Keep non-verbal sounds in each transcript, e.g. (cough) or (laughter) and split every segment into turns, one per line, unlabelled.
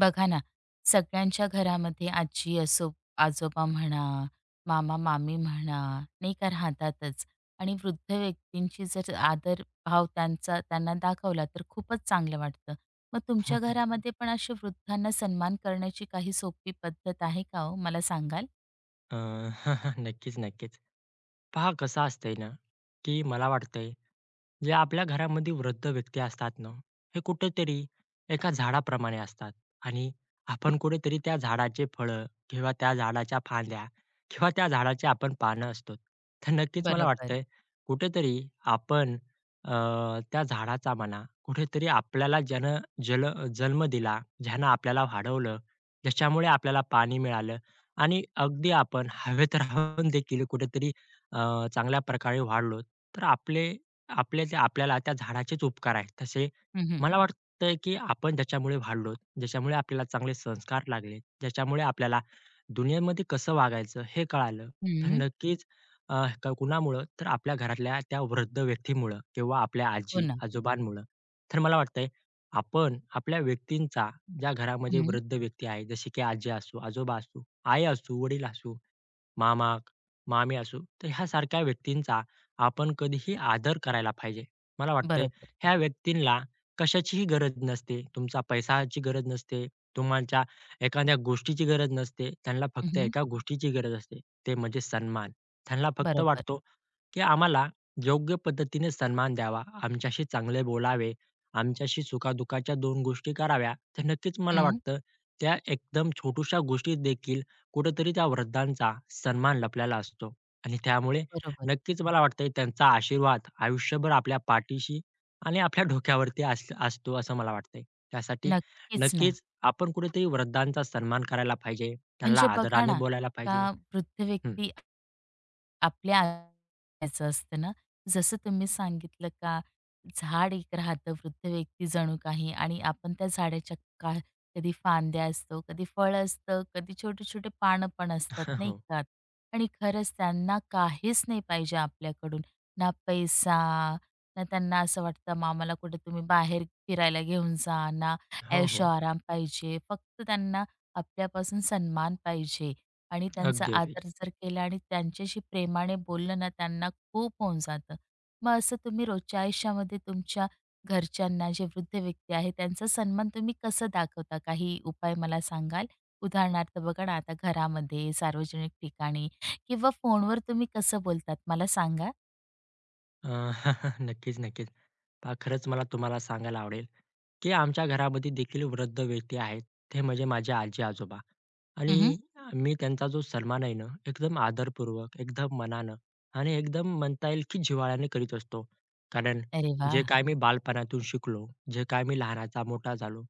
बघा ना, सगळ्यांच्या घरामध्ये आजी असो, आजोबा म्हणा, मामा-मामी म्हणा, नाही का राहतातच. आणि वृद्ध व्यक्तींची जर आदर भाव त्यांचा त्यांना दाखवला तर खूपच चांगलं वाटतं. मग तुमच्या
(laughs)
घरामध्ये पण असे वृद्धांना सन्मान करण्याची काही सोपी पद्धत आहे का हो? मला सांगाल?
अ, (laughs) नक्कीच, नक्कीच. पहा कसं असतंय ना, की मला वाटतंय, जे आपल्या घरामध्ये वृद्ध व्यक्ती असतात ना, हे कुठेतरी एका झाडाप्रमाणे असतात आणि आपण कुठेतरी त्या झाडाचे फळं किंवा त्या झाडाच्या फांद्या किंवा त्या झाडाची आपण पानं असतो. तर नक्कीच मला
बरोबर.
वाटतंय कुठेतरी आपण अ, त्या झाडाचा म्हणा, कुठेतरी आपल्याला ज्यानं जल जन्म दिला, ज्यानं आपल्याला वाढवलं, ज्याच्यामुळे आपल्याला पाणी मिळालं आणि अगदी आपण हवेत राहून देखील कुठेतरी चांगल्या प्रकारे वाढलो, तर आपले आपले जे आपल्याला त्या झाडाचेच उपकार आहेत. तसे
हं, हं.
मला वाटतंय, की आपण ज्याच्यामुळे वाढलोत, ज्याच्यामुळे आपल्याला चांगले संस्कार लागले, ज्याच्यामुळे आपल्याला दुनियेमध्ये कसं वागायचं हे कळालं, तर नक्कीच अ, कुणामुळं तर आपल्या घरातल्या त्या वृद्ध व्यक्तीमुळं किंवा आपल्या
हो ना.
आजी-आजोबांमुळं. तर मला वाटतंय आपण आपल्या व्यक्तींचा ज्या घरामध्ये
हं.
वृद्ध व्यक्ती आहे, जसे की आजी असू, आजोबा असू, आई असू, वडील असू, मामा, मामी असू, तर ह्यासारख्या व्यक्तींचा आपण कधीही आदर करायला पाहिजे. मला वाटतंय
बरोबर.
ह्या व्यक्तींना कशाचीही गरज नसते. तुमचा पैशाची गरज नसते. तुमच्या एखाद्या गोष्टीची गरज नसते. त्यांना फक्त
हं,
एका गोष्टीची गरज असते. ते म्हणजे सन्मान. त्यांना फक्त
बरोबर.
वाटतो, की आम्हाला योग्य पद्धतीने सन्मान द्यावा, आमच्याशी चांगले बोलावे, आमच्याशी सुखा-दुःखाच्या गोष्टी कराव्या. तर नक्कीच मला
हं.
वाटतं त्या एकदम छोट्याशा गोष्टीत देखील कुठेतरी त्या वृद्धांचा सन्मान लपलेला असतो आणि त्यामुळे
बरोबर.
नक्कीच मला वाटतंय त्यांचा आशीर्वाद आयुष्यभर आपल्या पाठीशी आणि आपल्या डोक्यावरती असतो असं मला वाटतंय. त्यासाठी
नक्कीच ना.
नक्कीच आपण कुठेतरी वृद्धांचा सन्मान करायला पाहिजे. त्यांना
म्हणजे बघा
आदराने
ना,
बोलायला पाहिजे.
का वृद्ध
हं.
व्यक्ती आपल्या आयुष्याचं असतं ना, जसं तुम्ही सांगितलं का झाड एक राहतं वृद्ध व्यक्ती जणू काही आणि आपण त्या झाडाच्या का कधी फांद्या असतो, कधी फळ असतं, कधी छोटे-छोटे पानं पण असतात
(laughs)
नाही
हो.
का? आणि खरंच त्यांना काहीच नाही पाहिजे आपल्याकडून. ना पैसा, ना त्यांना असं वाटतं मग कुठे तुम्ही बाहेर फिरायला घेऊन जा, ना
हो, हो.
ऐशोआराम पाहिजे. फक्त त्यांना आपल्यापासून सन्मान पाहिजे. आणि त्यांचा
अगदी, अगदी.
आदर जर केला आणि त्यांच्याशी प्रेमाने बोललं ना, त्यांना खूप होऊन जातं. मग असं तुम्ही रोजच्या आयुष्यामध्ये तुमच्या घरच्यांना, जे वृद्ध व्यक्ती आहे, त्यांचा सन्मान तुम्ही कसं दाखवता? काही उपाय मला सांगाल? उदाहरणार्थ बघा ना, आता घरामध्ये, सार्वजनिक ठिकाणी किंवा फोनवर तुम्ही कसं बोलतात मला सांगा?
अ, (laughs) नक्कीच, नक्कीच. पहा खरंच मला तुम्हाला सांगायला आवडेल, की आमच्या घरामध्ये देखील वृद्ध व्यक्ती आहेत. ते म्हणजे माझे आजी-आजोबा. आणि
हं,
मी त्यांचा जो सन्मान आहे ना, एकदम आदरपूर्वक, एकदम मनानं आणि एकदम म्हणता येईल की जिव्हाळ्याने करीत असतो. कारण
अरे
जे
वाह!
काय मी बालपणातून शिकलो, जे काय मी लहानाचा मोठा झालो,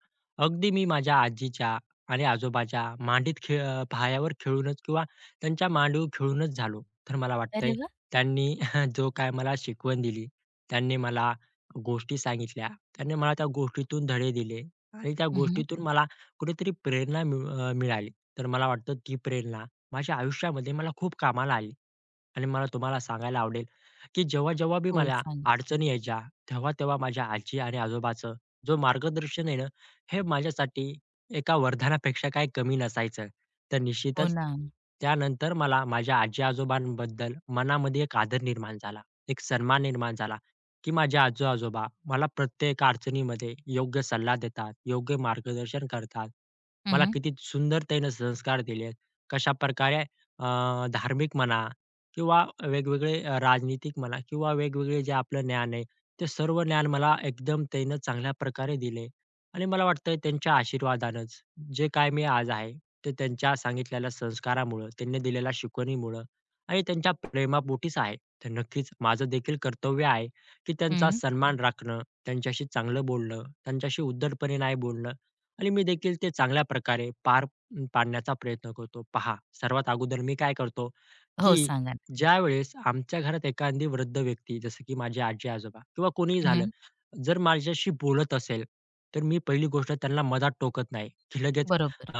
अगदी मी माझ्या आजीच्या आणि आजोबाच्या मांडीत पायावर खेळूनच किंवा त्यांच्या मांडीवर खेळूनच झालो. तर मला
अरे
वाटतंय
वाह!
त्यांनी (laughs) जो काय मला शिकवण दिली, त्यांनी मला गोष्टी सांगितल्या, त्यांनी मला त्या गोष्टीतून धडे दिले आणि त्या
हं,
गोष्टीतून मला कुठेतरी प्रेरणा मिळाली. तर मला वाटतं ती प्रेरणा माझ्या आयुष्यामध्ये मला खूप कामाला आली. आणि मला तुम्हाला सांगायला आवडेल, की जेव्हा-जेव्हा बी
हो,
मला
सांग.
अडचणी यायच्या, तेव्हा-तेव्हा माझ्या आजी आणि आजोबाचं जो मार्गदर्शन आहे ना, हे माझ्यासाठी एका वरदानापेक्षा काही कमी नसायचं. तर
हो
निश्चितच
ना.
त्यानंतर मला माझ्या आजी-आजोबांबद्दल मनामध्ये एक आदर निर्माण झाला, एक सन्मान निर्माण झाला, की माझे आजी-आजोबा मला प्रत्येक अडचणीमध्ये योग्य सल्ला देतात, योग्य मार्गदर्शन करतात.
हं,
मला
हं.
किती सुंदर त्याने संस्कार दिलेत. कशाप्रकारे अ, धार्मिक म्हणा किंवा वेगवेगळे राजनीतिक म्हणा किंवा वेगवेगळे जे आपलं ज्ञान आहे, ते सर्व ज्ञान मला एकदम त्यानं चांगल्या प्रकारे दिले आणि मला वाटतंय त्यांच्या आशीर्वादानंच जे काय मी आज आहे, ते त्यांच्या सांगितलेल्या संस्कारामुळं, त्यांनी दिलेल्या शिकवणीमुळं आणि त्यांच्या प्रेमापोटीच आहे. तर नक्कीच माझं देखील कर्तव्य आहे, की त्यांचा सन्मान राखणं, त्यांच्याशी चांगलं बोलणं, त्यांच्याशी उद्धटपणे नाही बोलणं आणि मी देखील ते चांगल्या प्रकारे पार पाडण्याचा प्रयत्न करतो. पहा, सर्वात अगोदर मी काय करतो,
हो,
की
सांगा ना.
ज्यावेळेस आमच्या घरात एखादी वृद्ध व्यक्ती, जसं की माझे आजी-आजोबा किंवा कोणीही झालं,
हं,
जर माझ्याशी बोलत असेल, तर मी पहिली गोष्ट त्यांना मधात टोकत नाही, की लगेच
बरोबर.
अ,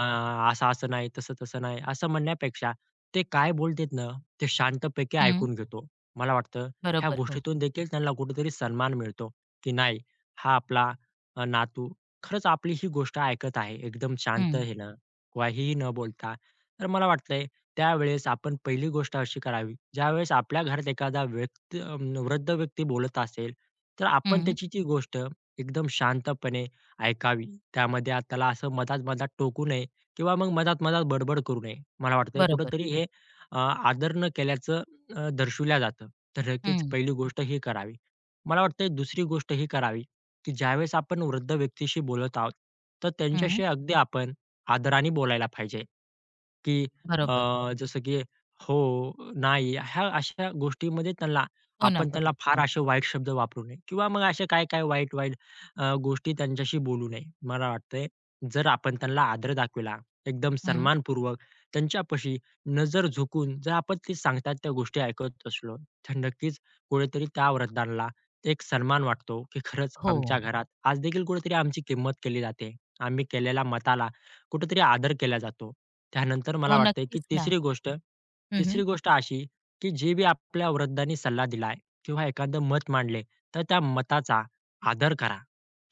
असं-असं नाही, तसं-तसं नाही, असं म्हणण्यापेक्षा ते काय बोलतेत ना, ते शांतपैकी
हं.
ऐकून घेतो. मला वाटतं ह्या
बरोबर. हो.
गोष्टीतून देखील त्यांना कुठेतरी सन्मान मिळतो, की नाही हा आपला नातू खरंच आपली ही गोष्ट ऐकत आहे. एकदम शांत
हं.
ह्यानं किंवा हेही न बोलता. तर मला वाटतंय त्यावेळेस आपण पहिली गोष्ट अशी करावी, ज्यावेळेस आपल्या घरात एखादा व्यक्ती वृद्ध व्यक्ती बोलत असेल, तर आपण
हं.
त्याची ती गोष्ट एकदम शांतपणे ऐकावी. त्यामध्ये त्याला असं मधात-मधात टोकू नये किंवा मग मधात-मधात बडबड करू नये. मला वाटतंय
बरोबर.
कुठेतरी हे अ, आदर न केल्याचं दर्शवल्या जातं. तर नक्कीच
हं,
पहिली गोष्ट ही करावी. मला वाटतंय दुसरी गोष्ट ही करावी, की ज्यावेळेस आपण वृद्ध व्यक्तीशी बोलत आहोत, तर
हं.
त्यांच्याशी अगदी आपण आदराने बोलायला पाहिजे. की
बरोबर.
जसं की हो, नाही, ह्या अशा गोष्टीमध्ये त्यांना
हो ना,
आपण त्यांना
बरोबर.
फार
हो.
असे वाईट शब्द वापरू नये किंवा मग अशा काय-काय वाईट-वाईट गोष्टी त्यांच्याशी बोलू नये. मला वाटतंय जर आपण त्यांना आदर दाखविला, एकदम
हं.
सन्मानपूर्वक त्यांच्यापाशी नजर झुकून जर आपण ते सांगतात त्या गोष्टी ऐकत असलो, तर नक्कीच कुठेतरी त्या वृद्धांना एक सन्मान वाटतो, की खरंच
हो.
आमच्या घरात आज देखील कुठेतरी आमची किंमत केली जाते. आम्ही केलेल्या मताला कुठेतरी आदर केला जातो. त्यानंतर मला
हो,
वाटतंय, की
नक्कीच ना.
तिसरी गोष्ट
हं, हं.
तिसरी गोष्ट अशी, की जे बी आपल्या वृद्धांनी सल्ला दिलाय किंवा एखादं मत मांडले, तर त्या मताचा आदर करा.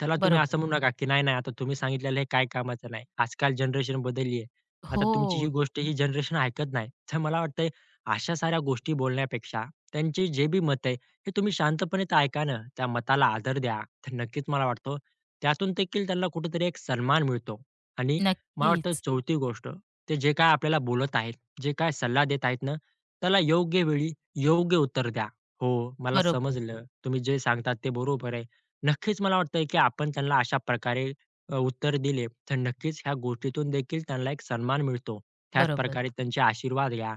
त्याला तुम्ही
बरोबर.
असं म्हणू नका, की नाही, नाही आता तुम्ही सांगितलेलं हे काय कामाचं नाही. आजकाल जनरेशन बदलली आहे. आता तुमची ही
हो,
गोष्ट ही जनरेशन ऐकत नाही. तर मला वाटतंय अशा साऱ्या गोष्टी बोलण्यापेक्षा त्यांची जे बी मत आहे, हे तुम्ही शांतपणे तर ऐका ना. त्या मताला आदर द्या. तर नक्कीच मला वाटतं त्यातून देखील त्यांना कुठेतरी एक सन्मान मिळतो आणि मला वाटतं
नक्कीच.
चौथी गोष्ट, ते जे काय आपल्याला बोलत आहेत, जे काय सल्ला देत आहेत ना, त्याला योग्य वेळी योग्य उत्तर द्या. हो, मला
बरोबर,
समजलं. तुम्ही जे सांगतात ते बरोबर आहे. नक्कीच मला वाटतंय, की आपण त्यांना अशा प्रकारे उत्तर दिले, तर नक्कीच ह्या गोष्टीतून देखील त्यांना एक सन्मान मिळतो.
बरोबर.
त्याचप्रकारे त्यांचे आशीर्वाद घ्या.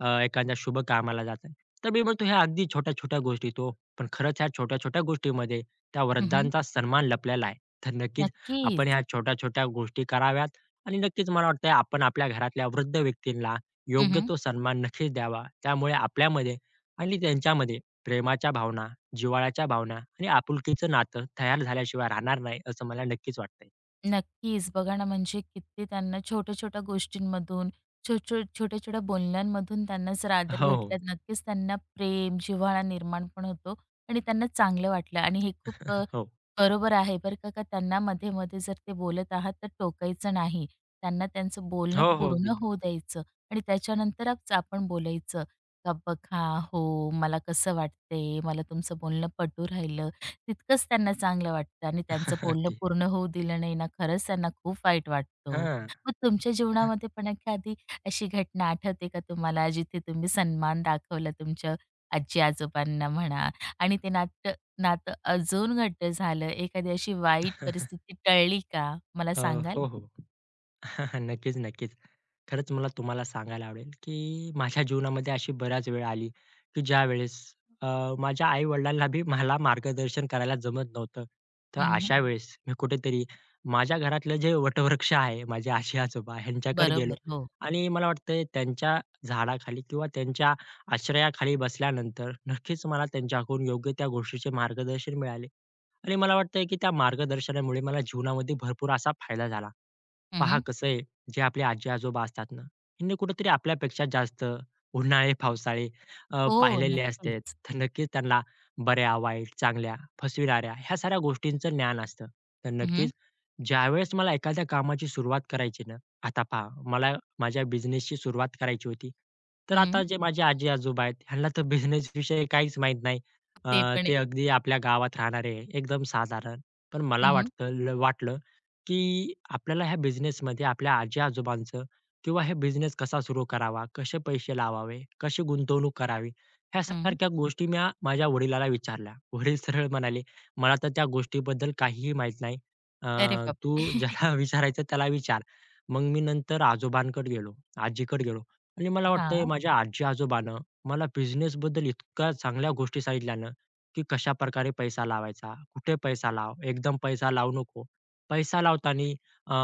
एखाद्या शुभ कामाला जाताय. तर मी म्हणतो ह्या अगदी छोट्या-छोट्या गोष्टी आहेत पण खरंच ह्या छोट्या-छोट्या गोष्टीमध्ये त्या
हं, हं.
वृद्धांचा सन्मान लपलेला आहे. तर नक्कीच आपण
नक्कीच.
ह्या छोट्या-छोट्या गोष्टी कराव्यात. आणि नक्कीच मला वाटतंय आपण आपल्या घरातल्या वृद्ध व्यक्तींना
हं,
योग्य
हं.
तो सन्मान नक्कीच द्यावा. त्यामुळे आपल्यामध्ये आणि त्यांच्यामध्ये प्रेमाच्या भावना, जिव्हाळ्याच्या भावना आणि आपुलकीचं नातं तयार झाल्याशिवाय राहणार नाही, असं मला नक्कीच वाटतंय.
नक्कीच. बघा ना, म्हणजे किती त्यांना छोट्या-छोट्या गोष्टींमधून, छोट्या-छोट्या बोलण्यांमधून त्यांना जर आदर
हो,
भेटला,
हो.
नक्कीच त्यांना प्रेम, जिव्हाळा निर्माण पण होतो आणि त्यांना चांगलं वाटलं आणि हे खूप
(laughs) हो.
बरोबर आहे बरं का, का त्यांना मध्ये-मध्ये जर ते बोलत आहात, तर टोकायचं नाही. त्यांना त्यांचं बोलणं
हो, हो.
पूर्ण
अगदी.
होऊ द्यायचं आणि त्याच्यानंतरच आपण बोलायचं. का बघा, हो, मला कसं वाटतंय, मला तुमचं बोलणं पटू राहिलं. तितकंच त्यांना चांगलं वाटतं आणि त्यांचं
(laughs)
बोलणं
अगदी.
पूर्ण होऊ दिलं नाही ना, खरंच त्यांना खूप वाईट वाटतो.
हां.
मग तुमच्या जीवनामध्ये पण एखादी अशी घटना आठवते का तुम्हाला, जिथे तुम्ही सन्मान दाखवला तुमच्या आजी-आजोबांना म्हणा आणि ते नातं अजून घट्ट झालं? एखादी अशी वाईट
(laughs)
परिस्थिती टळली का? मला
अ,
सांगाल?
हो, हो. (laughs) नक्कीच, नक्कीच. खरंच मला तुम्हाला सांगायला आवडेल, की माझ्या जीवनामध्ये अशी बऱ्याच वेळा आली, की ज्यावेळेस अ, माझ्या आई-वडिलांना बी मला मार्गदर्शन करायला जमत नव्हतं. तर
हं,
अशा वेळेस मी कुठेतरी माझ्या घरातलं जे वटवृक्ष आहे, माझे आजी-आजोबा ह्यांच्याकडे गेलो
बरोबर. हो.
आणि मला वाटतंय त्यांच्या झाडाखाली किंवा त्यांच्या आश्रयाखाली बसल्यानंतर नक्कीच मला त्यांच्याकडून योग्य त्या गोष्टीचे मार्गदर्शन मिळाले आणि मला वाटतंय, की त्या मार्गदर्शनामुळे मला जीवनामध्ये भरपूर असा फायदा झाला. पहा
हं,
कसं आहे, जे आपले आजी-आजोबा असतात ना, ह्यांनी कुठेतरी आपल्यापेक्षा जास्त उन्हाळे, पावसाळे
हो,
पाहिलेले असते.
नक्कीच.
तर नक्कीच त्यांना बऱ्या-वाईट, चांगल्या, फसविणाऱ्या ह्या साऱ्या गोष्टींचं ज्ञान असतं. तर
हं, हं.
नक्कीच ज्यावेळेस मला एखाद्या कामाची सुरुवात करायची ना, आता पहा मला माझ्या बिझनेसची सुरुवात करायची होती. तर आता जे माझे आजी-आजोबा आहेत, ह्यांना तर बिझनेसविषयी काहीच माहीत नाही.
ते पण
ते
आहे.
अगदी आपल्या गावात राहणारे एकदम साधारण. पण मला
हं, हं.
वाटलं की आपल्याला ह्या बिझनेसमध्ये आपल्या आजी-आजोबांचं किंवा हे बिझनेस कसा सुरू करावा, कसे पैसे लावावे, कशी गुंतवणूक करावी, ह्यासारख्या गोष्टी म्या माझ्या वडिलाला विचारल्या. वडील सरळ म्हणाले, "मला तर त्या गोष्टीबद्दल काहीही माहीत नाही. अ,
अरे
तू
बापरे! (laughs)
ज्याला (laughs) विचारायचं त्याला विचार." मग मी नंतर आजोबांकडे गेलो, आजीकडे गेलो आणि मला वाटतंय
हां.
माझ्या आजी-आजोबानं मला बिझनेसबद्दल इतक्या चांगल्या गोष्टी सांगितल्या ना, की कशाप्रकारे पैसा लावायचा, कुठे पैसा लाव, एकदम पैसा लावू नको. पैसा लावताना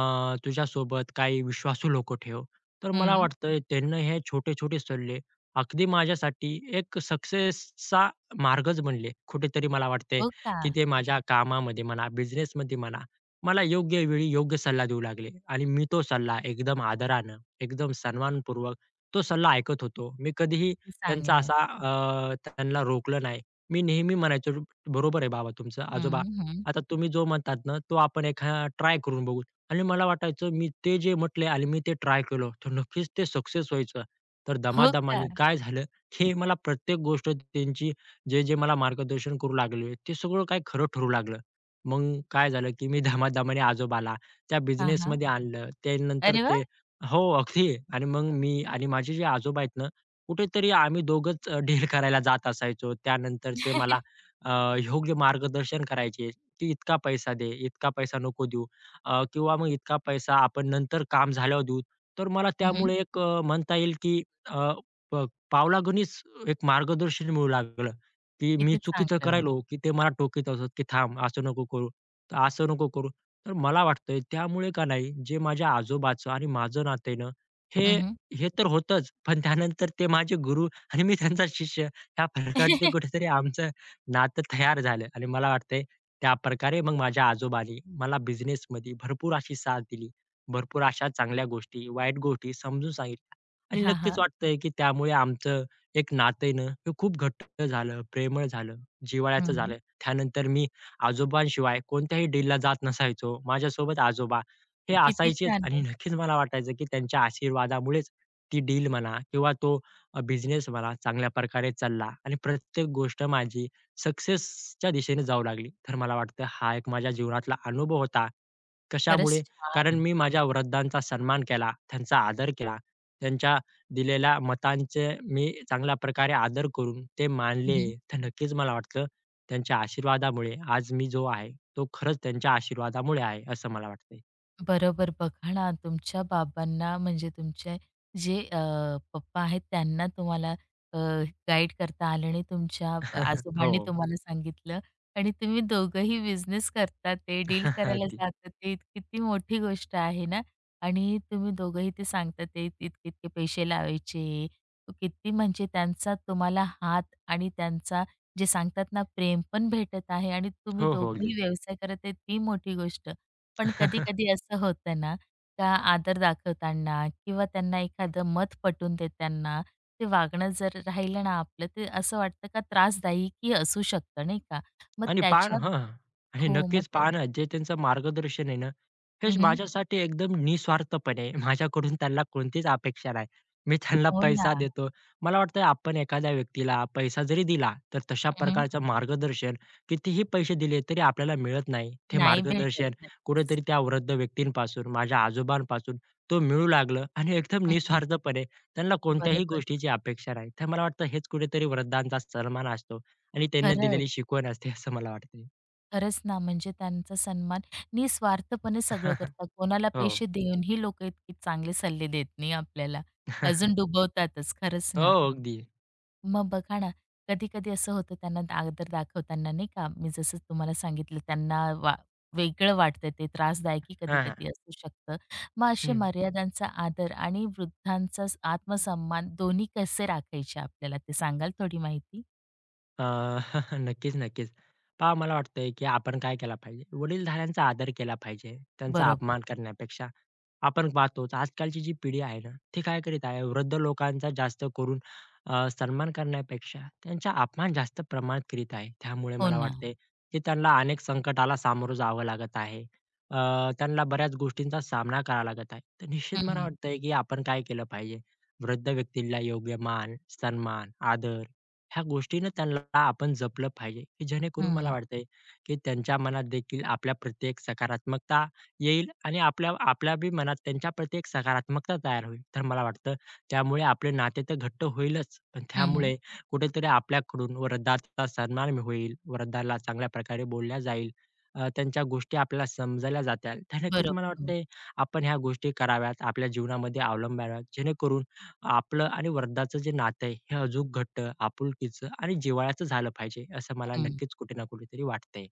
तुझ्यासोबत काही विश्वासू लोकं ठेव. तर मला
हं.
वाटतं त्यांनी हे छोटे-छोटे सल्ले अगदी माझ्यासाठी एक सक्सेसचा मार्गच बनले. कुठेतरी मला वाटतंय,
हो का?
की ते माझ्या कामामध्ये म्हणा, बिझनेसमध्ये म्हणा, मला योग्य वेळी योग्य सल्ला देऊ लागले आणि मी तो सल्ला एकदम आदरानं, एकदम सन्मानपूर्वक तो सल्ला ऐकत होतो. मी कधीही
किती चांगलं.
त्यांना रोखलं नाही. मी नेहमी म्हणायचो, "बरोबर आहे बाबा तुमचं
हं,
आजोबा
हं.
आता तुम्ही जो म्हणतात ना, तो आपण एखादा ट्राय करून बघू आणि मला वाटायचं मी ते जे म्हटले आणि मी ते ट्राय केलं, तर नक्कीच ते सक्सेस व्हायचं. तर
हो का?
दमादमाने काय झालं, हे मला प्रत्येक गोष्ट त्यांची जे मला मार्गदर्शन करू लागले, ते सगळं काही खरं ठरू लागलं. मग काय झालं, की मी दमादमाने आजोबाला त्या
हां, हां.
बिझनेसमध्ये आणलं. त्यानंतर
अरे
ते
वाह!
हो, अगदी आणि मग मी आणि माझे जे आजोबा आहेत ना, कुठेतरी आम्ही दोघंच डील करायला जात असायचो. त्यानंतर ते मला अ, योग्य मार्गदर्शन करायचे. की इतका पैसा दे, इतका पैसा नको देऊ किंवा मग इतका पैसा आपण नंतर काम झाल्यावर देऊ. तर मला
हं,
त्यामुळे एक म्हणता येईल की अ, प पावलागणिच एक मार्गदर्शन मिळू लागलं, की मी
किती
चुकीचं
चांगलं हो.
करायलो, की ते मला टोकीत असत, की "थांब, असं नको करू, तर असं नको करू." तर मला वाटतंय त्यामुळे का नाही, जे माझ्या आजोबाचं आणि माझं नातं हे
हं, हं.
हे तर होतंच, पण त्यानंतर ते माझे गुरु आणि मी त्यांचा शिष्य ह्या प्रकारचे
(laughs)
कुठेतरी आमचं नातं तयार झालं आणि मला वाटतंय त्याप्रकारे मग माझ्या आजोबांनी मला बिझनेसमध्ये भरपूर अशी साथ दिली. भरपूर अशा चांगल्या गोष्टी, वाईट गोष्टी समजून सांगितल्या आणि
हां,
नक्कीच
हां.
वाटतंय, की त्यामुळे आमचं एक नातं आहे ना, हे खूप घट्ट झालं, प्रेमळ झालं, जिव्हाळ्याचं
हं.
झालं. त्यानंतर मी आजोबांशिवाय कोणत्याही डीलला जात नसायचो. माझ्यासोबत आजोबा हे
किती
असायचेच
छान
आणि
हो.
नक्कीच मला वाटायचं, की त्यांच्या आशीर्वादामुळेच ती डील म्हणा किंवा तो बिझनेस म्हणा चांगल्या प्रकारे चालला आणि प्रत्येक गोष्ट माझी सक्सेसच्या दिशेने जाऊ लागली. तर मला वाटतं हा एक माझ्या जीवनातला अनुभव होता.
खरंच
कशामुळे? कारण
छान.
मी माझ्या वृद्धांचा सन्मान केला, त्यांचा आदर केला. त्यांच्या दिलेल्या मतांचे मी चांगल्या प्रकारे आदर करून ते मानले.
हं.
तर नक्कीच मला वाटतं त्यांच्या आशीर्वादामुळे आज मी जो आहे, तो खरंच त्यांच्या आशीर्वादामुळे आहे असं मला वाटतंय.
बरोबर. बघा ना, तुमच्या बाबांना म्हणजे तुमचे जे पप्पा आहेत त्यांना तुम्हाला अ, गाईड करता आलं नाही. तुमच्या
(laughs)
आजोबांनी
हो.
तुम्हाला सांगितलं आणि तुम्ही दोघंही बिझनेस करता, ते डील
(laughs)
करायला
अगदी.
जाता, ते किती मोठी गोष्ट आहे ना. आणि तुम्ही दोघंही ते सांगता ते इतके इतके पैसे लावायचे. किती म्हणजे त्यांचा तुम्हाला हात आणि त्यांचा जे सांगतात ना प्रेम पण भेटत आहे आणि तुम्ही
हो, हो. अगदी.
दोघंही व्यवसाय करत आहे ती मोठी गोष्ट. पण
(laughs)
कधी-कधी असं होतं ना, का आदर दाखवताना किंवा त्यांना एखादं मत पटवून देताना ते वागणं जर राहिलं ना आपलं, ते असं वाटतं का त्रासदायीही असू शकतं नाही का? मग
आणि
त्याच्या
हां, हां. आणि
हो, मग
नक्कीच
त्या
पाहणं जे त्यांचं मार्गदर्शन आहे ना, हेच
हं,
माझ्यासाठी एकदम निस्वार्थपणे (laughs) माझ्याकडून त्यांना कोणतीच अपेक्षा नाही. मी त्यांना
हो ना.
पैसा देतो. मला वाटतं आपण एखाद्या व्यक्तीला पैसा जरी दिला, तर तशा
हं, हं.
प्रकारचं मार्गदर्शन कितीही पैसे दिले तरी आपल्याला मिळत नाही. ते
नाही भेटत.
मार्गदर्शन
नक्कीच.
कुठेतरी त्या वृद्ध व्यक्तींपासून, माझ्या आजोबांपासून तो मिळू लागलं आणि एकदम
हं,
निस्वार्थपणे त्यांना कोणत्याही
बरोबर.
गोष्टीची अपेक्षा नाही. तर मला वाटतं हेच कुठेतरी वृद्धांचा सन्मान असतो. आणि त्यांना
खरंय.
दिलेली शिकवण असते असं मला वाटते.
खरंच ना, म्हणजे त्यांचा सन्मान निस्वार्थपणे सगळं
(laughs)
करतात. कोणाला
हो.
पैसे देऊनही लोकं इतके चांगले सल्ले देत नाही आपल्याला.
(laughs)
अजून डुबवतातच. खरंच ना.
हो, अगदी.
मग बघा ना, कधी-कधी असं होतं त्यांना आदर दाखवताना नाही का, मी जसं तुम्हाला सांगितलं त्यांना वेगळं वाटतं ते त्रासदायकही
हां, हां.
कधी-कधी असू शकतं. मग असे
हं.
मर्यादांचा आदर आणि वृद्धांचा आत्मसन्मान दोन्ही कसे राखायचे आपल्याला ते सांगाल थोडी माहिती?
अ, (laughs) नक्कीच, नक्कीच. पहा मला वाटतंय, की आपण काय केला पाहिजे, वडीलधाऱ्यांचा आदर केला पाहिजे. त्यांचा
बरोबर.
अपमान करण्यापेक्षा. आपण पाहतोच आजकालची जी पिढी आहे ना, ती काय करीत आहे वृद्ध लोकांचा जास्त करून सन्मान करण्यापेक्षा त्यांचा अपमान जास्त प्रमाणात करीत आहे. त्यामुळे
हो
मला
ना.
वाटतंय, की त्यांना अनेक संकटाला सामोरं जावं लागत आहे. अ, त्यांना बऱ्याच गोष्टींचा सामना करावा लागत आहे. तर
हं,
निश्चित मला
हं.
वाटतंय, की आपण काय केलं पाहिजे, वृद्ध व्यक्तीला योग्य मान, सन्मान, आदर ह्या गोष्टीनं त्यांना आपण जपलं पाहिजे, की जेणेकरून मला वाटतंय, की त्यांच्या मनात देखील आपल्या प्रत्येक सकारात्मकता येईल आणि आपल्या आपल्या बी मनात त्यांच्याप्रती एक सकारात्मकता तयार होईल. तर मला वाटतं त्यामुळे आपले नाते तर घट्ट होईलच, पण
हं,
त्यामुळे कुठेतरी आपल्याकडून वृद्धाचा सन्मान होईल, वृद्धाला चांगल्या प्रकारे बोलल्या जाईल. त्यांच्या गोष्टी आपल्याला समजल्या जातील. तर नक्कीच मला
बरोबर. हो.
वाटतंय आपण ह्या गोष्टी कराव्यात, आपल्या जीवनामध्ये अवलंबाव्यात, जेणेकरून आपलं आणि वृद्धाचं जे नातं आहे, हे अजून घट्ट, आपुलकीचं आणि जिव्हाळ्याचं झालं पाहिजे, असं मला नक्कीच कुठे ना कुठेतरी वाटतंय.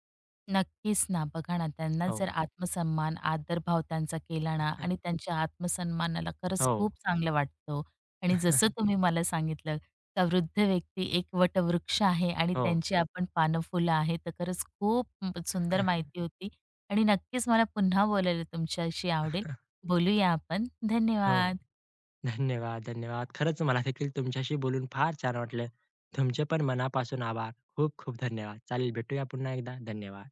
नक्कीच ना. बघा ना, त्यांना जर
हो.
आत्मसन्मान, आदरभाव त्यांचा केला ना आणि
(laughs)
त्यांच्या आत्मसन्मानाला खरंच
हो.
खूप चांगलं वाटतं हो. आणि जसं
(laughs)
तुम्ही मला सांगितलं का वृद्ध व्यक्ती एक वटवृक्ष आहे आणि
हो.
त्यांची आपण पानं, फुलं आहे. तर खरंच खूप सुंदर
(laughs)
माहिती होती आणि नक्कीच मला पुन्हा बोलायला तुमच्याशी आवडेल. बोलूया आपण.
हो.
धन्यवाद.
धन्यवाद, धन्यवाद. खरंच मला देखील तुमच्याशी बोलून फार छान वाटलं. तुमचे पण मनापासून आभार. खूप खूप धन्यवाद. चालेल भेटूया पुन्हा एकदा. धन्यवाद.